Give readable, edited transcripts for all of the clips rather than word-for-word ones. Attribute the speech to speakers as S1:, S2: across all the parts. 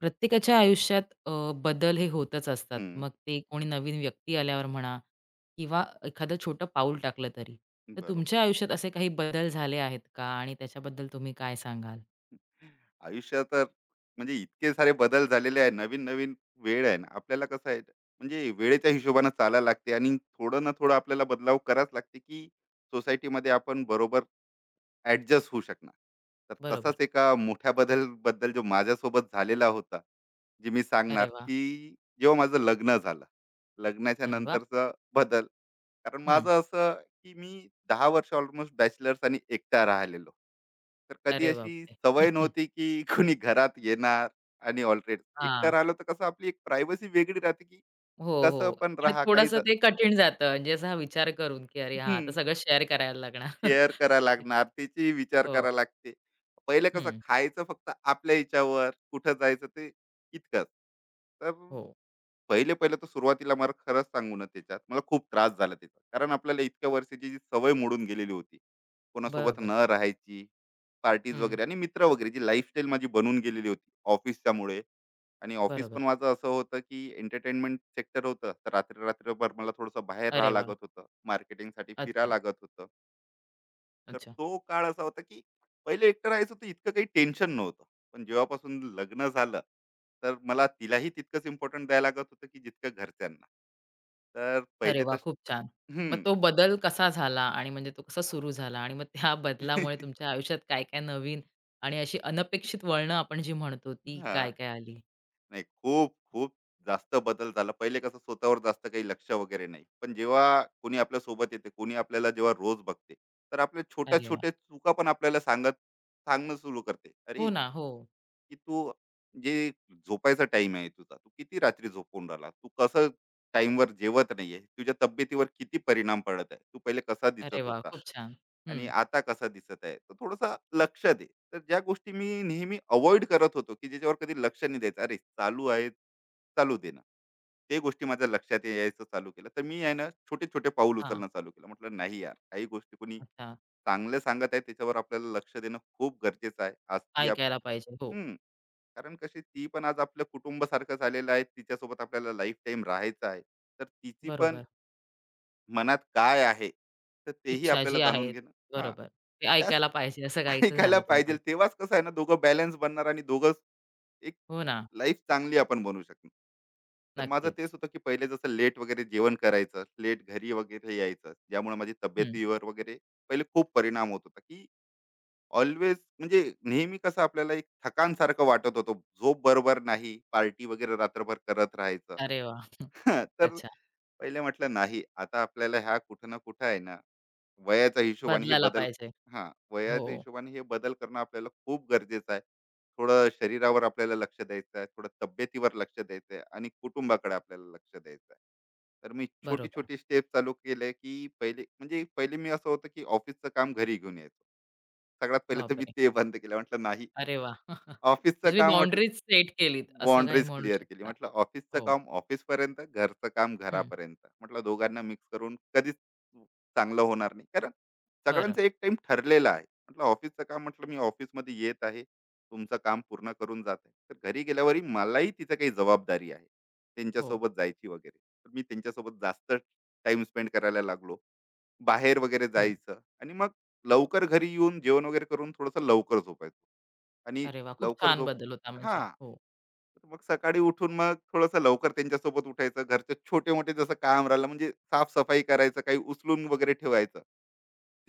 S1: प्रत्येकाच्या आयुष्यात बदल हे होतच असतात.
S2: हं,
S1: मग ते कोणी नवीन व्यक्ती आल्यावर म्हणा किंवा एखादं छोटं पाऊल टाकलं तरी. तर
S2: बरोबर.
S1: तुमच्या आयुष्यात असे काही बदल झाले आहेत का? आणि त्याच्याबद्दल तुम्ही काय सांगाल?
S2: आयुष्यात तर म्हणजे इतके सारे बदल झालेले आहे. नवीन-नवीन वेळ आहे ना, आपल्याला कसं आहे म्हणजे वेळेच्या हिशोबानं चालायला लागते आणि थोडं ना थोडं आपल्याला बदलाव करावाच लागते, की सोसायटीमध्ये आपण बरोबर ॲडजस्ट होऊ शकणार. तर
S1: बरोबर.
S2: तसाच एका मोठ्या बदल बद्दल जो माझ्यासोबत झालेला होता, जे मी सांगणार,
S1: अरे वाह!
S2: की जेव्हा माझं लग्न झालं. लग्नाच्या
S1: अरे वाह!
S2: नंतरचा बदल. कारण
S1: हं.
S2: माझं असं, की मी 10 वर्ष ऑलमोस्ट बॅचलर्स आणि एकटा राहिलेलो. तर कधी
S1: अरे
S2: अशी
S1: बापरे!
S2: सवय नव्हती, की कोणी घरात येणार आणि ऑलरेडी एकटा
S1: हां.
S2: राहिलो तर कसं आपली एक प्रायव्हसी वेगळी राहते, की
S1: हो,
S2: कसं
S1: हो.
S2: पण
S1: आणि
S2: राहा काही
S1: थोडंसं
S2: ज
S1: ते कठीण जातं. म्हणजे असा विचार करून, की अरे हां, आता
S2: हं.
S1: सगळं शेअर करायला लागणार.
S2: शेअर करा लागणार त्याचीही विचार करा
S1: हो.
S2: लागते. पहिले कसं
S1: हं.
S2: खायचं फक्त आपल्या हिच्यावर कुठं जायचं ते इतकंच. तर
S1: हो.
S2: पहिले पहिले तर सुरुवातीला मला खरंच सांगू ना, त्याच्यात मला खूप त्रास झाला. त्याचा कारण आपल्याला इतक्या वर्षाची जी सवय मोडून गेलेली होती, कोणासोबत
S1: बरोबर.
S2: न राहायची. पार्टीज
S1: हं.
S2: वगैरे आणि मित्र वगैरे, जी लाईफस्टाईल माझी बनून गेलेली होती ऑफिसच्या मुळे. आणि ऑफिस
S1: बरोबर.
S2: पण माझं असं होतं की एंटरटेनमेंट सेक्टर होतं, तर रात्री रात्रभर मला थोडंसं बाहेर
S1: अरे
S2: राहावं
S1: वाह!
S2: लागत होतं, मार्केटिंगसाठी फिरायला
S1: अच्छा,
S2: लागत होतं. तर
S1: अच्छा.
S2: तो काळ असा होता की पहिले एकटं राहायचं तर इतकं काही टेन्शन नव्हतं. पण जेव्हापासून लग्न झालं, तर मला तिलाही तितकंच इम्पोर्टन्स द्यायला लागत होतं की जितकं घरच्यांना. तर
S1: अरे
S2: पहिले
S1: वा,
S2: तर
S1: खूप छान. मग
S2: हं. हां.
S1: तो बदल कसा झाला आणि म्हणजे तो कसा सुरू झाला आणि मग त्या बदलामुळे तुमच्या आयुष्यात काय-काय नवीन आणि अशी अनपेक्षित वळणं आपण जी म्हणतो ती काय-काय आली?
S2: नाही, खूप, खूप जास्त बदल झाला. पहिले कसं स्वतःवर जास्त काही लक्ष वगैरे नाही. पण जेव्हा कोणी आपल्या सोबत येते, कोणी आपल्याला जेव्हा रोज बघते, तर आपल्या
S1: अरे वा,
S2: छोट्या-छोट्या चुका पण आपल्याला सांगणं सुरू करते.
S1: हो
S2: "अरे,
S1: ना, हो.
S2: की तू जे झोपायचा टाइम आहे तुझा, तू किती रात्री झोपून राहिला? तू कसं टाईमवर जेवत नाहीये? तुझ्या तब्येतीवर किती परिणाम पडत आहे? तू पहिले कसा दिसत
S1: अरे वा,
S2: होता
S1: खूप छान.
S2: आणि
S1: हं.
S2: आता कसा दिसत आहे? तर थोडंसं लक्ष दे." तर ज्या गोष्टी मी नेहमी अव्हॉइड करत होतो, की ज्याच्यावर कधी लक्ष नाही द्यायचं. अरे, चालू आहे, चालू दे ना. ते गोष्टी माझ्या लक्षात यायचं चालू केलं. तर मी आहे ना, छोटे-छोटे पाऊल
S1: हां.
S2: उचलणं चालू केलं. म्हटलं, "नाही यार, काही गोष्टी कोणी
S1: अच्छा.
S2: चांगलं सांगत आहे त्याच्यावर आपल्याला लक्ष देणं खूप गरजेचं आहे." आज ती आप
S1: ऐकायला पाहिजे. हो,
S2: कारण कशी ती पण आज आपलं कुटुंबासारखं झालेलं आहे, तिच्यासोबत आपल्याला लाईफ टाईम राहायचं आहे. तर तिची पण
S1: बरोबर.
S2: मनात काय आहे, तर तेही
S1: इच्छा
S2: आपल्याला
S1: जी
S2: जाणून
S1: आहे.
S2: घेणं. हा
S1: बरोबर. ते
S2: त्याच
S1: ऐकायला पाहिजे असं काहीसं
S2: ऐकायला
S1: झालं
S2: पाहिजे,
S1: तुम्हाला.
S2: तेव्हाच कसं आहे ना दोघं बॅलन्स बनणार आणि दोघं एक
S1: हो ना,
S2: लाईफ चांगली आपण बनवू शकणार. तर माझं
S1: नक्कीच.
S2: तेच होतं की पहिले जसं लेट वगैरे जेवण करायचं, लेट घरी वगैरे यायचं, ज्यामुळे माझी
S1: हं.
S2: तब्येतीवर वगैरे पहिले खूप परिणाम होत होता. की ऑल्वेज म्हणजे नेहमी कसं आपल्याला एक थकान सारखं वाटत होतं. झोप बरोबर नाही, पार्टी वगैरे रात्रभर करत राहायचं.
S1: अरे वाह!
S2: तर
S1: अच्छा.
S2: पहिले म्हटलं नाही, आता आपल्याला ह्या कुठं ना कुठं आहे ना वयाच्या हिशोबाने हे
S1: बदलायला
S2: बदल,
S1: पाहिजे.
S2: हा
S1: हो,
S2: वयाच्या हिशोबाने हे बदल करणं आपल्याला खूप गरजेचं आहे. थोडं शरीरावर आपल्याला लक्ष द्यायचं आहे, थोडं तब्येतीवर लक्ष द्यायचं आहे आणि कुटुंबाकडे आपल्याला लक्ष द्यायचं आहे. तर मी छोटी
S1: बरोबर.
S2: छोटी स्टेप चालू केले की पहिले म्हणजे पहिले मी असं होतं की ऑफिसचं काम घरी घेऊन यायचं. सगळ्यात पहिले तर मी
S1: बापरे!
S2: ते बंद केलं. म्हटलं नाही.
S1: अरे वाह!
S2: ऑफिसचं
S1: म्हणजे तुम्ही
S2: काम म्हटलं,
S1: बाउंडरीज सेट केलीत असं काही
S2: बाउंडरीज
S1: म्हणू
S2: क्लिअर केली.
S1: शकता.
S2: म्हटलं ऑफिसचं
S1: हो.
S2: काम ऑफिसपर्यंत, घरचं काम
S1: हं.
S2: घरापर्यंत. म्हटलं दोघांना मिक्स करून कधीच चांगलं होणार नाही. कारण
S1: बरं.
S2: सगळ्यांचा एक टाईम ठरलेला आहे. म्हटलं ऑफिसचं काम म्हटलं मी ऑफिसमध्ये येत आहे. तुमचं काम पूर्ण करून जात आहे. तर घरी गेल्यावरही मलाही तिचं काही जबाबदारी आहे.
S1: हो.
S2: त्यांच्यासोबत जायची वगैरे. तर मी त्यांच्यासोबत जास्त टाईम स्पेंड करायला लागलो. बाहेर वगैरे
S1: हं.
S2: जायचं आणि मग लवकर घरी येऊन जेवण वगैरे करून थोडंसं लवकर झोपायचं. आणि
S1: अरे वाह! खूप
S2: लवकर
S1: छान
S2: झोप
S1: बदल होता म्हणजे.
S2: हां.
S1: हो.
S2: मग सकाळी उठून मग थोडंसं लवकर त्यांच्यासोबत उठायचं. घरचे छोटे-मोठे जसं काम राहिलं म्हणजे साफ करायचं, काही उचलून वगैरे ठेवायचं.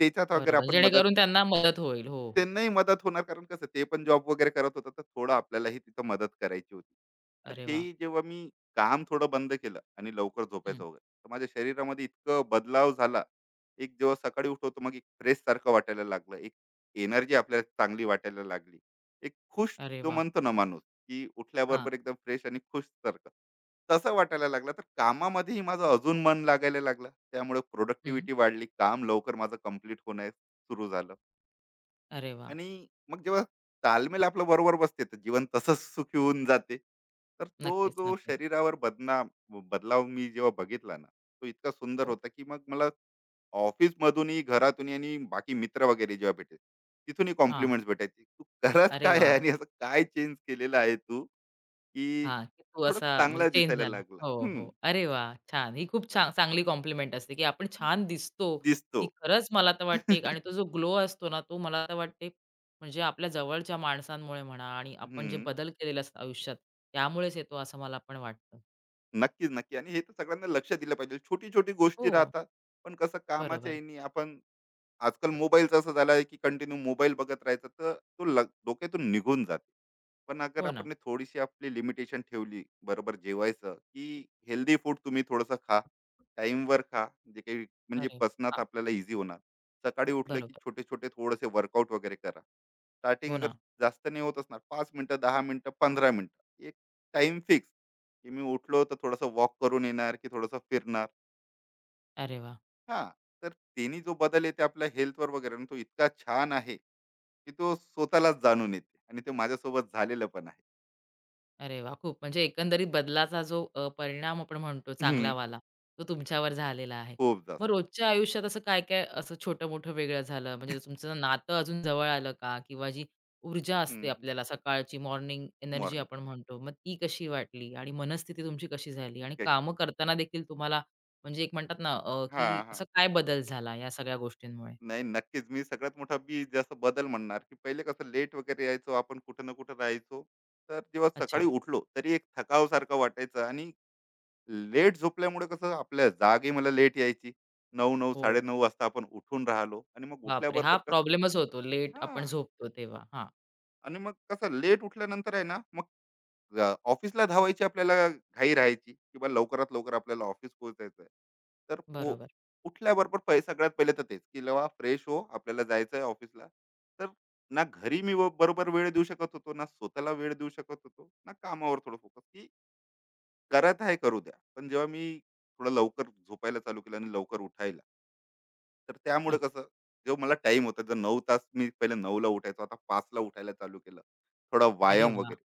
S2: त्याच्यात वगैरे
S1: बरोबर.
S2: आपण मदत,
S1: जेणेकरून त्यांना मदत होईल. हो, हो.
S2: त्यांनाही मदत होणार, कारण कसं ते पण जॉब वगैरे करत होतं तर थोडं आपल्यालाही तिथं मदत करायची होती. तर
S1: अरे वाह!
S2: हे जेव्हा मी काम थोडं बंद केलं आणि लवकर
S1: हं.
S2: झोपायचं वगैरे, तर माझ्या शरीरामध्ये इतकं बदलाव झाला. एक जेव्हा सकाळी उठवतो, मग एक फ्रेशसारखं वाटायला लागलं. एक एनर्जी आपल्याला चांगली वाटायला लागली. एक खुश
S1: अरे
S2: जो
S1: वाह!
S2: म्हणतो ना माणूस, की
S1: हां.
S2: उठल्याबरोबर एकदम फ्रेश आणि खुशसारखं, तसं वाटायला लागलं. तर कामामध्येही माझं अजून मन लागायला लागलं. त्यामुळे
S1: हं.
S2: प्रोडक्टिव्हिटी वाढली. काम लवकर माझं कंप्लीट होणं सुरू झालं.
S1: अरे वाह!
S2: आणि मग जेव्हा तालमेल आपल्या बरोबर बसते तर जीवन तसंच सुखी होऊन जाते. तर तो
S1: नक्कीच,
S2: जो
S1: नक्कीच.
S2: शरीरावर बदलाव मी जेव्हा बघितला ना, तो इतका सुंदर
S1: हो.
S2: होता, की मग मला ऑफिसमधूनही, घरातूनही आणि बाकी मित्र वगैरे जेव्हा भेटले, तिथूनही
S1: हां.
S2: कॉम्प्लिमेंट्स भेटायचे. "तू खरंच
S1: अरे
S2: काय आहे
S1: वाह!
S2: आणि असं काय चेंज केलेलं आहे तू, की
S1: हां, की तू
S2: थोडं
S1: असा म्हणजे
S2: चांगला
S1: चेंज
S2: दिसायला
S1: झाला.
S2: लागला."
S1: हो, हो. अरे वा छान. ही खूप छान चांगली कॉम्प्लिमेंट असते, की आपण छान दिसतो.
S2: दिसतो.
S1: ही खरंच मला तर वाटते आणि तो जो ग्लो असतो ना, तो मला तर वाटते म्हणजे आपल्या जवळच्या माणसांमुळे म्हणा आणि आपण जे
S2: हं.
S1: बदल केलेले असतात आयुष्यात, त्यामुळेच येतो असं मला पण वाटतं.
S2: नक्कीच, नक्की. आणि हे तर सगळ्यांना लक्ष दिलं पाहिजे. छोटी-छोटी
S1: हो,
S2: गोष्टी राहतात. पण कसं कामाच्या
S1: बरोबर.
S2: ह्यानी आपण आजकाल मोबाईलचं असं झालं आहे, की कंटिन्यू मोबाईल बघत राहायचं, तर तो डोक्यातून निघून जाते. पण अगर
S1: हो ना.
S2: आपण ने थोडीशी आपली लिमिटेशन ठेवली, बरोबर जेवायचं, की हेल्दी फूड तुम्ही थोडंसं खा, टाइमवर खा, जे काही म्हणजे
S1: अरे
S2: पचनात
S1: हां,
S2: आपल्याला इझी होणार. सकाळी उठलं की
S1: बरोबर.
S2: छोटे छोटे थोडेसे वर्कआउट वगैरे करा, स्टार्टिंग
S1: हो
S2: अगर
S1: ना.
S2: जास्त नाही होत असणार, 5 मिनटं, 10 मिनटं, 15 मिनटं, एक टाइम फिक्स, की मी उठलो तर थोडंसं वॉक करून येणार, की थोडंसं फिरणार.
S1: अरे वाह!
S2: हां. तर त्यांनी जो बदल येते आपल्या हेल्थवर वगैरे ना, तो इतका छान आहे, की तो स्वतःलाच जाणून येते. आणि ते माझ्यासोबत झालेलं पण
S1: अरे वाह! खूप म्हणजे एकंदरीत बदलाचा जो परिणाम आपण म्हणतो
S2: आहे
S1: चांगलावाला, तो तुमच्यावर झालेला आहे.
S2: खूप
S1: मग
S2: जास्त.
S1: रोजच्या आयुष्यात असं काय-काय असं छोटं-मोठं वेगळं झालं? म्हणजे तुमचं नातं अजून जवळ आलं का? किंवा जी ऊर्जा
S2: हं,
S1: असते
S2: हं.
S1: आपल्याला सकाळची मॉर्निंग एनर्जी
S2: मॉर्निंग
S1: आपण म्हणतो, मग ती कशी वाटली? आणि मनस्थिती तुमची कशी झाली? आणि
S2: त्याची
S1: कामं करताना देखील तुम्हाला म्हणजे एक म्हणतात ना की
S2: हां, हां.
S1: असा काय बदल झाला या सगळ्या गोष्टींमुळे?
S2: नाही, नक्कीच. मी सगळ्यात मोठा मी जसं बदल म्हणणार, की पहिले कसं लेट वगैरे यायचो, आपण कुठं ना कुठं राहायचो. तर जेव्हा सकाळी
S1: अच्छा.
S2: उठलो तरी एक थकावसारखं वाटायचं. आणि लेट झोपल्यामुळे कसं आपल्या जागी मला लेट यायची. 9:00-9:00
S1: हो.
S2: 9:30 वाजता आपण उठून राहिलो आणि मग
S1: बापरे! हा
S2: उठल्याबरोबर कसं.
S1: प्रॉब्लेमच होतो लेट आपण
S2: हां.
S1: झोपतो तेव्हा. हां,
S2: आणि मग कसं लेट उठल्यानंतर आहे ना, मग ऑफिसला धावायची आपल्याला घाई राहायची, किंवा लवकरात लवकर आपल्याला ऑफिस पोहोचायचं आहे. तर
S1: बरोबर.
S2: उठल्याबरोबर सगळ्यात पहिले तर तेच, की फ्रेश हो, आपल्याला जायचं आहे ऑफिसला. तर ना घरी मी बरोबर वेळ देऊ शकत होतो, ना स्वतःला वेळ देऊ शकत होतो, ना कामावर थोडं फोकस की करत आहे करू द्या. पण जेव्हा मी थोडं लवकर झोपायला चालू केलं आणि लवकर उठायला, तर त्यामुळे
S1: अच्छा.
S2: कसं जो मला टाइम होता, जर 9 तास मी पहिले, 9ला उठायचो, आता 5ला उठायला चालू केलं. थोडा
S1: अरे
S2: व्यायाम
S1: वाह!
S2: वगैरे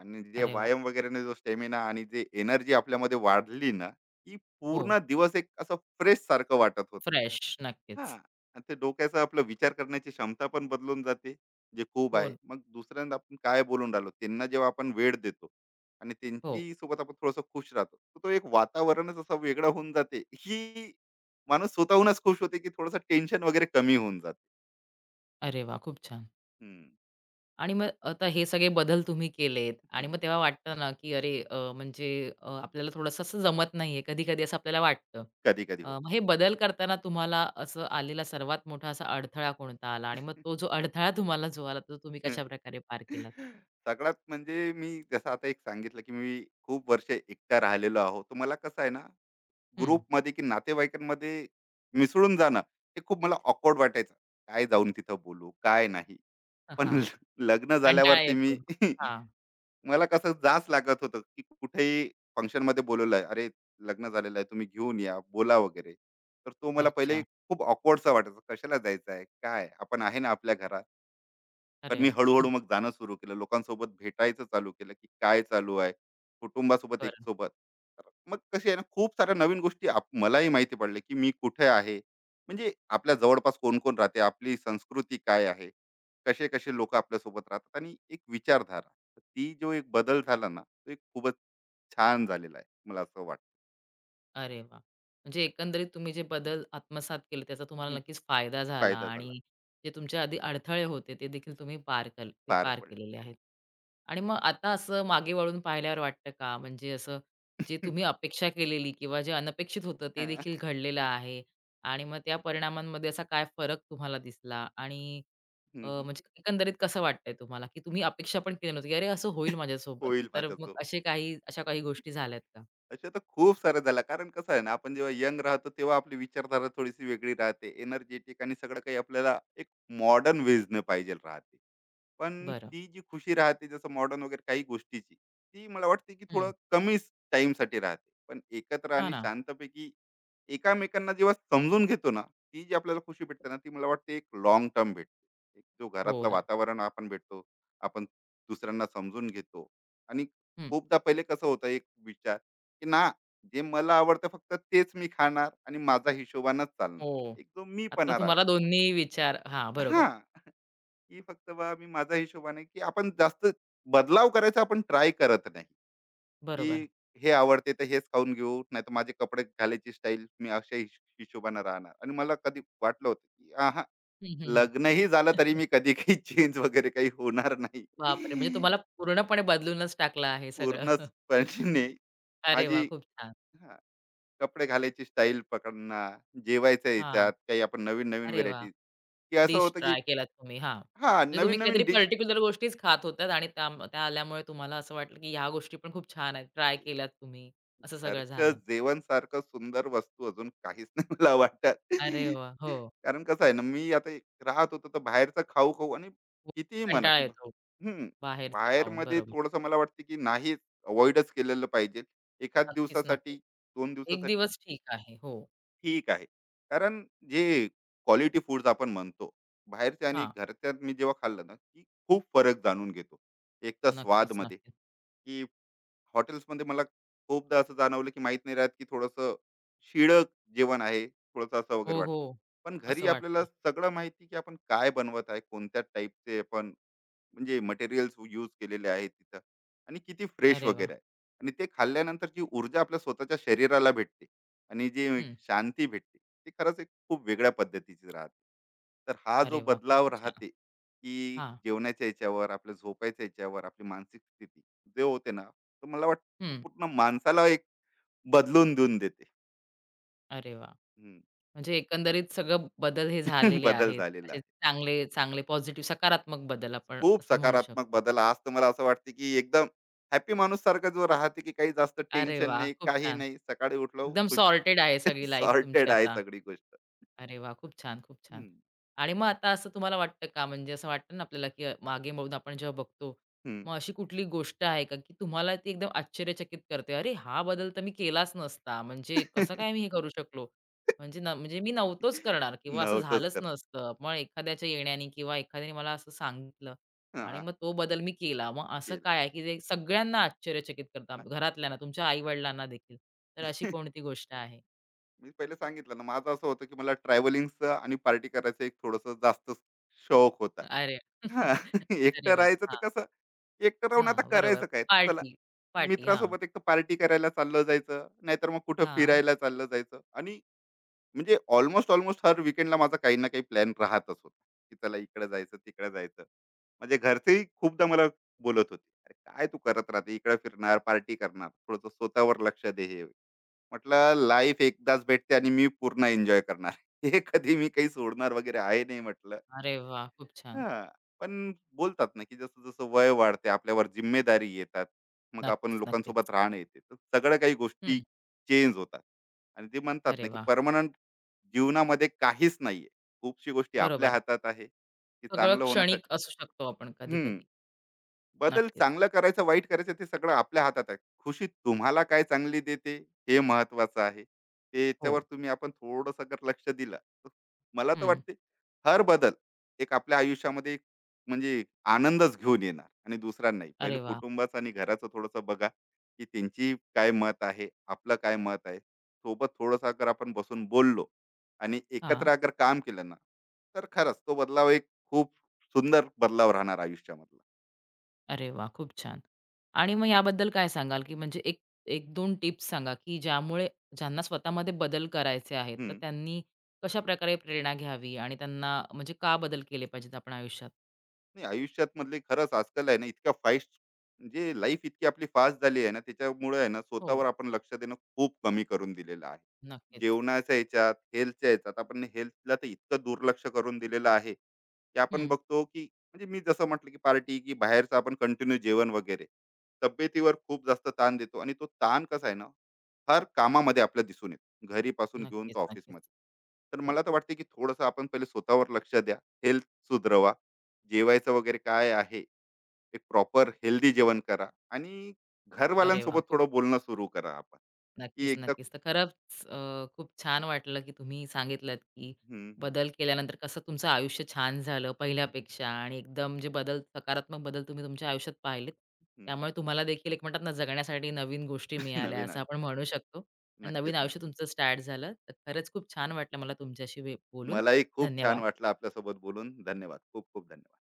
S2: आणि जे
S1: अरे वा,
S2: व्यायाम वगैरेने जो स्टॅमिना आणि जे एनर्जी आपल्यामध्ये वाढली ना, की
S1: हो,
S2: पूर्ण दिवस एक असं फ्रेश सारखं वाटत होतं.
S1: फ्रेश नक्कीच.
S2: हां. आणि ते डोक्याचा आपला विचार करण्याची क्षमता पण बदलून जाते, जे खूप
S1: हो,
S2: आहे. मग दुसऱ्यांदा आपण काय बोलून राहिलो, त्यांना जेव्हा आपण वेळ देतो आणि
S1: हो.
S2: त्यांची सोबत आपण थोडंसं खुश राहतो, तर तो एक वातावरणच असं वेगळं होऊन जाते, की माणूस स्वतःहूनच खुश होते, की थोडंसं टेन्शन वगैरे कमी होऊन जाते.
S1: अरे वा, खूप छान.
S2: हं,
S1: आणि मग आता हे सगळे बदल तुम्ही केलेत आणि
S2: हं.
S1: मग तेव्हा वाटतं ना, की अरे म्हणजे आपल्याला थोडंसं असं जमत नाहीये. कधी-कधी असं आपल्याला वाटतं.
S2: कधी-कधी होतं.
S1: मग हे बदल करताना तुम्हाला असं आलेला सर्वात मोठा असा अडथळा कोणता आला? आणि मग तो जो अडथळा तुम्हाला जो आला, तो तुम्ही कशाप्रकारे पार केलात?
S2: सगळ्यात म्हणजे मी जसं आता एक सांगितलं की मी खूप वर्ष एकटा राहिलेलो आहो, तर मला कसं आहे ना
S1: हं.
S2: ग्रुपमध्ये की नातेवाईकांमध्ये मिसळून जाणं, हे खूप मला ऑकवर्ड वाटायचं, काय जाऊन तिथं बोलू काय नाही.
S1: हां.
S2: पण लग्न
S1: कंटाळा
S2: झाल्यावरती
S1: येतो.
S2: मी
S1: हां.
S2: मला कसं जाच लागत होतं की कुठेही फंक्शनमध्ये बोलवलं आहे, अरे लग्न झालेलं आहे, तुम्ही घेऊन या, बोला वगैरे. तर तो मला पहिले
S1: अच्छा.
S2: खूप ऑकवर्डचा वाटायचा, कशाला जायचं आहे, काय आपण आहे ना आपल्या घरात. पण
S1: अरे
S2: मी
S1: वाह! हं.
S2: हळूहळू मग जाणं सुरू केलं. लोकांसोबत भेटायचं चालू केलं, की काय चालू आहे. कुटुंबासोबत एक
S1: बरं.
S2: सोबत. तर मग कशी आहे ना, खूप साऱ्या नवीन गोष्टी मलाही माहिती पडल्या, की मी कुठे आहे. म्हणजे आपल्या जवळपास कोण-कोण राहते, आपली संस्कृती काय आहे, कसे-कसे लोकं आपल्यासोबत राहतात आणि एक विचारधारा. तर ती जो एक बदल झाला ना, तो एक खूपच छान झालेला आहे. मला असं वाटतं.
S1: अरे वाह! म्हणजे एकंदरीत तुम्ही जे बदल आत्मसात केले त्याचा तुम्हाला
S2: हं,
S1: नक्कीच फायदा झाला
S2: फायदा झाला.
S1: आणि जे तुमच्या आधी अडथळे होते ते देखील तुम्ही पार केल ते
S2: पार
S1: पार
S2: पडले.
S1: केलेले आहेत. आणि मग आता असं मागे वळून पाहिल्यावर वाटतं का म्हणजे असं जे तुम्ही अपेक्षा केलेली किंवा जे अनपेक्षित होतं ते
S2: हां.
S1: देखील घडलेलं आहे आणि मग त्या परिणामांमध्ये असा काय फरक तुम्हाला दिसला आणि
S2: हं, हं.
S1: म्हणजे एकंदरीत कसं वाटतंय तुम्हाला, की तुम्ही अपेक्षा पण केली नव्हती, की "अरे, असं होईल माझ्यासोबत."
S2: होईल
S1: तर मग
S2: माझ्यासोबत.
S1: असे काही अशा काही गोष्टी झाल्यात का?
S2: अशा तर खूप सारे झाल्या, कारण कसं आहे ना आपण जेव्हा यंग राहतो तेव्हा आपली विचारधारा थोडीशी वेगळी राहते, एनर्जेटिक, आणि सगळं काही आपल्याला एक मॉडर्न वेजने पाहिजे राहते. पण
S1: बरं.
S2: ती जी खुशी राहते जसं मॉडर्न वगैरे काही गोष्टीची, ती मला वाटते की
S1: हं.
S2: थोडं कमीच टाईमसाठी राहते. पण एकत्र
S1: हां
S2: आणि
S1: ना.
S2: शांतपैकी एकामेकांना जेव्हा समजून घेतो ना, ती जी आपल्याला खुशी भेटते ना, ती मला वाटते एक लॉंग टर्म भेटते. एक जो
S1: हो
S2: घरातलं
S1: ना.
S2: वातावरण आपण भेटतो, आपण दुसऱ्यांना समजून घेतो आणि
S1: हं.
S2: खूपदा पहिले कसं होतं एक विचार, की ना जे मला आवडतं फक्त तेच मी खाणार आणि माझा हिशोबानेच चालणार.
S1: हो.
S2: एक जो
S1: आता
S2: मीपणा राहते.
S1: तुम्हाला दोन्ही विचार हां, बरोबर,
S2: हां. की फक्त मी माझ्या हिशोबाने की आपण जास्त बदलाव करायचा आपण ट्राय करत नाही,
S1: बरोबर.
S2: की हे आवडते तर हेच खाऊन घेऊ, नाही तर माझे कपडे घालायची स्टाईल मी अशा हिशोबाने राहणार. आणि मला कधी वाटलं होतं की हा
S1: हं, हं, हं.
S2: लग्नही झालं तरी मी कधी काही चेंज वगैरे काही होणार नाही.
S1: बापरे! म्हणजे तुम्हाला पूर्णपणे बदलूनच टाकलं आहे सगळं.
S2: पूर्णपणे
S1: अरे वाह!
S2: माझी,
S1: खूप छान.
S2: हा, कपडे घालायची स्टाईल पकडणार, जेवायच्या
S1: हां.
S2: याच्यात काही आपण नवीन नवीन
S1: अरे वाह!
S2: व्हेरायटी की असं
S1: डिश
S2: होतं की,
S1: ट्राय केलात तुम्ही. हां.
S2: हा
S1: म्हणजे
S2: नवीन
S1: तुम्ही काहीतरी
S2: नवीन डिश,
S1: पर्टिक्युलर गोष्टीच खात होतात आणि त्या त्या आल्यामुळे तुम्हाला असं वाटलं, की ह्या गोष्टी पण खूप छान आहेत. ट्राय
S2: हे
S1: केल्यात तुम्ही. असं सगळं
S2: घरचं
S1: झालं.
S2: जेवण सारखं सुंदर वस्तू अजून काहीच नाही मला वाटत.
S1: अरे वाह! हो.
S2: कारण कसं आहे ना, मी आता एक राहत होतो तर बाहेरचं खाऊ खाऊ आणि
S1: हो.
S2: कितीही म्हणा
S1: कंटाळा
S2: की
S1: येतो
S2: हं,
S1: बाहेरचं खाऊन.
S2: बाहेरमध्ये
S1: बरोबर.
S2: थोडंसं मला वाटतं की नाही अव्हॉइडच केलेलं पाहिजे. एखाद
S1: नक्कीच,
S2: दिवसासाठी,
S1: नक्कीच.
S2: 2
S1: एक
S2: दिवसासाठी
S1: दिवस ठीक आहे. हो.
S2: ठीक आहे. कारण जे क्वालिटी फूड्स आपण म्हणतो, बाहेरच्या आणि
S1: हां.
S2: घरच्यात मी जेव्हा खाल्लं ना, की खूप फरक जाणून घेतो. एक तर
S1: नक्कीच,
S2: स्वादमध्ये,
S1: नक्कीच.
S2: की हॉटेल्समध्ये मला खूपदा असं जाणवलं, की माहित नाही राहत, की थोडंसं शिळं जेवण आहे, थोडंसं असं वगैरे
S1: हो,
S2: वाटतं.
S1: हो.
S2: पण
S1: असं
S2: घरी आपल्याला
S1: वाटतं.
S2: सगळं माहिती, की आपण काय बनवत आहे, कोणत्या टाईपचे आपण म्हणजे मटेरियल्स यूज केलेले आहे तिथं, आणि किती फ्रेश
S1: अरे वाह!
S2: वगैरे आहे. आणि ते खाल्ल्यानंतर जी ऊर्जा आपल्या स्वतःच्या शरीराला भेटते आणि जी एक
S1: हं.
S2: शांती भेटते, ती खरंच एक खूप वेगळ्या पद्धतीची राहते. तर हा जो
S1: अरे वाह! खूप
S2: बदलाव
S1: छान.
S2: राहते की
S1: हां.
S2: जेवणाच्या याच्यावर, आपल्या झोपायच्या याच्यावर, आपली मानसिक स्थिती जे होते ना, तर मला वाटतं तो
S1: हं.
S2: पूर्ण माणसाला एक बदलून देऊन देते.
S1: अरे वाह!
S2: हम्म.
S1: म्हणजे एकंदरीत सगळं बदल हे झालेले
S2: बदल
S1: आहेत.
S2: झालेला
S1: असे
S2: आहे,
S1: चांगले, चांगले पॉझिटिव्ह सकारात्मक बदल आपण
S2: खूप
S1: असं म्हणू
S2: सकारात्मक
S1: शकतो.
S2: बदल. आज तर मला असं वाटते की एकदम हॅपी माणूस सारखं जो राहते, की काही जास्त
S1: अरे
S2: टेन्शन
S1: वाह!
S2: नाही,
S1: खूप
S2: काही
S1: छान.
S2: नाही, सकाळी उठलो
S1: एकदम
S2: खुश.
S1: सॉर्टेड आहे सगळी लाईफ तुमची
S2: सॉर्टेड आहे
S1: आता.
S2: सगळी गोष्ट.
S1: अरे वा, खूप छान, खूप छान.
S2: हम्म,
S1: आणि मग आता असं तुम्हाला वाटतं का म्हणजे असं वाटतं ना आपल्याला, की मागे वळून आपण जेव्हा बघतो,
S2: हम्म.
S1: मग अशी कुठली गोष्ट आहे का, की तुम्हाला ती एकदम आश्चर्यचकित करते? "अरे, हा बदल तर मी केलाच नसता. म्हणजे कसं काय मी हे करू शकलो? म्हणजे मी नव्हतोच करणार किंवा असं
S2: नव्हतंच
S1: झालंच
S2: कर
S1: नसतं. मग एखाद्याच्या येण्याने किंवा एखाद्याने मला असं सांगितलं आणि
S2: हा
S1: मग तो बदल मी केला." मग असं
S2: केला
S1: काय आहे, की जे सगळ्यांना आश्चर्यचकित करतं? घरातल्यांना, तुमच्या आई-वडिलांना देखील. तर अशी कोणती गोष्ट आहे?
S2: मी पहिले सांगितलं ना, माझं असं होतं, की मला ट्रॅव्हलिंगचं आणि पार्टी करायचं एक थोडंसं जास्त शौक होता.
S1: अरे,
S2: हां,
S1: अरे
S2: एकटं
S1: वाह!
S2: राहायचं तर कसं, एकटं राहून आता
S1: हां, बरोबर.
S2: करायचं काय? चला,
S1: पार्टी, पार्टी. हां,
S2: मित्रासोबत एक तर पार्टी करायला चाललं जायचं, नाहीतर मग कुठं
S1: हां.
S2: फिरायला चाललं जायचं. आणि म्हणजे ऑलमोस्ट ऑलमोस्ट हर विकेंडला माझा काही ना काही प्लॅन राहतच होता, की चला इकडे जायचं, तिकडे जायचं. म्हणजे घरचेही खूपदा मला बोलत होते, "अरे काय तू करत राहते, इकडे फिरणार, पार्टी करणार, थोडंसं स्वतःवर लक्ष दे." हे म्हटलं, "लाईफ एकदाच भेटते आणि मी पूर्ण एन्जॉय करणार. हे कधी मी काही सोडणार वगैरे आहे नाही," म्हटलं.
S1: अरे वाह! खूप छान.
S2: हां, पण बोलतात ना, की जसं-जसं वय वाढते, आपल्यावर जिम्मेदारी येतात, मग आपण
S1: नक्कीच,
S2: लोकांसोबत
S1: नक्कीच.
S2: राहणं येते. तर सगळ्या काही गोष्टी
S1: हं.
S2: चेंज होतात आणि ते म्हणतात
S1: अरे
S2: ना, की
S1: वाह!
S2: परमनंट जीवनामध्ये काहीच नाहीये. खूपशी गोष्टी आपल्या
S1: बरोबर.
S2: हातात आहे, की
S1: सगळं
S2: चांगलं होण्यासाठी.
S1: क्षणिक असू शकतो आपण
S2: हं.
S1: कधी-कधी.
S2: बदल
S1: नक्कीच.
S2: चांगला करायचा, वाईट करायचं, ते सगळं आपल्या हातात आहे. खुशी तुम्हाला काय चांगली देते, हे महत्वाचं आहे,
S1: हो.
S2: त्याच्यावर तुम्ही आपण थोडस जर लक्ष दिलं, तर मला तर
S1: हं.
S2: वाटते हर बदल एक आपल्या आयुष्यामध्ये एक म्हणजे आनंदच घेऊन येणार. आणि दुसरा, नाही पहिले
S1: अरे वाह!
S2: कुटुंबाचं आणि घराचं थोडंसं बघा, की त्यांची काय मत आहे, आपलं काय मत आहे, सोबत थोडंसं अगर आपण बसून बोललो आणि
S1: हां.
S2: एकत्र अगर काम केलं ना, तर खरंच तो बदलाव एक खूप सुंदर बदलाव राहणार आयुष्यामधला.
S1: अरे वाह! खूप छान. आणि मग याबद्दल काय सांगाल, की म्हणजे एक 1-2 टिप्स सांगा, की ज्यामुळे ज्यांना स्वतःमध्ये बदल करायचे आहेत, तर
S2: हम्म.
S1: त्यांनी कशाप्रकारे प्रेरणा घ्यावी आणि त्यांना म्हणजे का बदल केले पाहिजेत आपण आयुष्यात?
S2: नाही, आयुष्यात मधले खरंच आजकाल आहे ना इतका फास्ट, म्हणजे लाईफ इतकी आपली फास्ट झाली आहे ना, त्याच्यामुळे आहे ना
S1: हो.
S2: स्वतःवर आपण लक्ष देणं खूप कमी करून दिलेलं आहे.
S1: नक्कीच.
S2: जेवणाच्या याच्यात, हेल्थच्या याच्यात, आपण हेल्थला तर इतकं दुर्लक्ष करून दिलेलं आहे, की आपण
S1: हं.
S2: बघतो की म्हणजे मी जसं म्हटलं की पार्टी की बाहेरचं आपण कंटिन्यू जेवण वगैरे, तब्येतीवर खूप जास्त ताण देतो, आणि तो ताण कसा आहे ना हर कामामध्ये आपल्याला दिसून येतो, घरी पासून घेऊन
S1: नक्कीच,
S2: तो
S1: नक्कीच.
S2: ऑफिसमध्ये. तर
S1: हो.
S2: मला तर वाटते की थोडंसं आपण पहिले स्वतःवर लक्ष द्या, हेल्थ सुधरवा, जेवायचं वगैरे काय आहे, एक प्रॉपर हेल्दी जेवण करा, आणि
S1: अरे वाह!
S2: घरवाल्यांसोबत
S1: खूप
S2: थोडं बोलणं सुरू करा आपण, की
S1: नक्कीच,
S2: एकदा.
S1: नक्कीच. तर खरंच खूप छान वाटलं, की तुम्ही सांगितलत, की
S2: हं, हं,
S1: बदल केल्यानंतर कसं तुमचं आयुष्य छान झालं पहिल्यापेक्षा आणि एकदम जे बदल सकारात्मक बदल तुम्ही तुमच्या आयुष्यात पाहिलेत.
S2: हं.
S1: त्यामुळे तुम्हाला देखील एक म्हणतात ना, जगण्यासाठी नवीन गोष्टी मिळाल्या
S2: नवीन
S1: असं
S2: आले.
S1: आपण म्हणू शकतो आणि नवीन
S2: नक्कीच,
S1: आयुष्य
S2: नक्की.
S1: तुमचं स्टार्ट झालं. तर खरंच खूप छान वाटलं मला तुमच्याशी बोलून.
S2: मलाही खूप छान
S1: धन्यवाद.
S2: वाटलं आपल्यासोबत बोलून. धन्यवाद. खूप खूप धन्यवाद.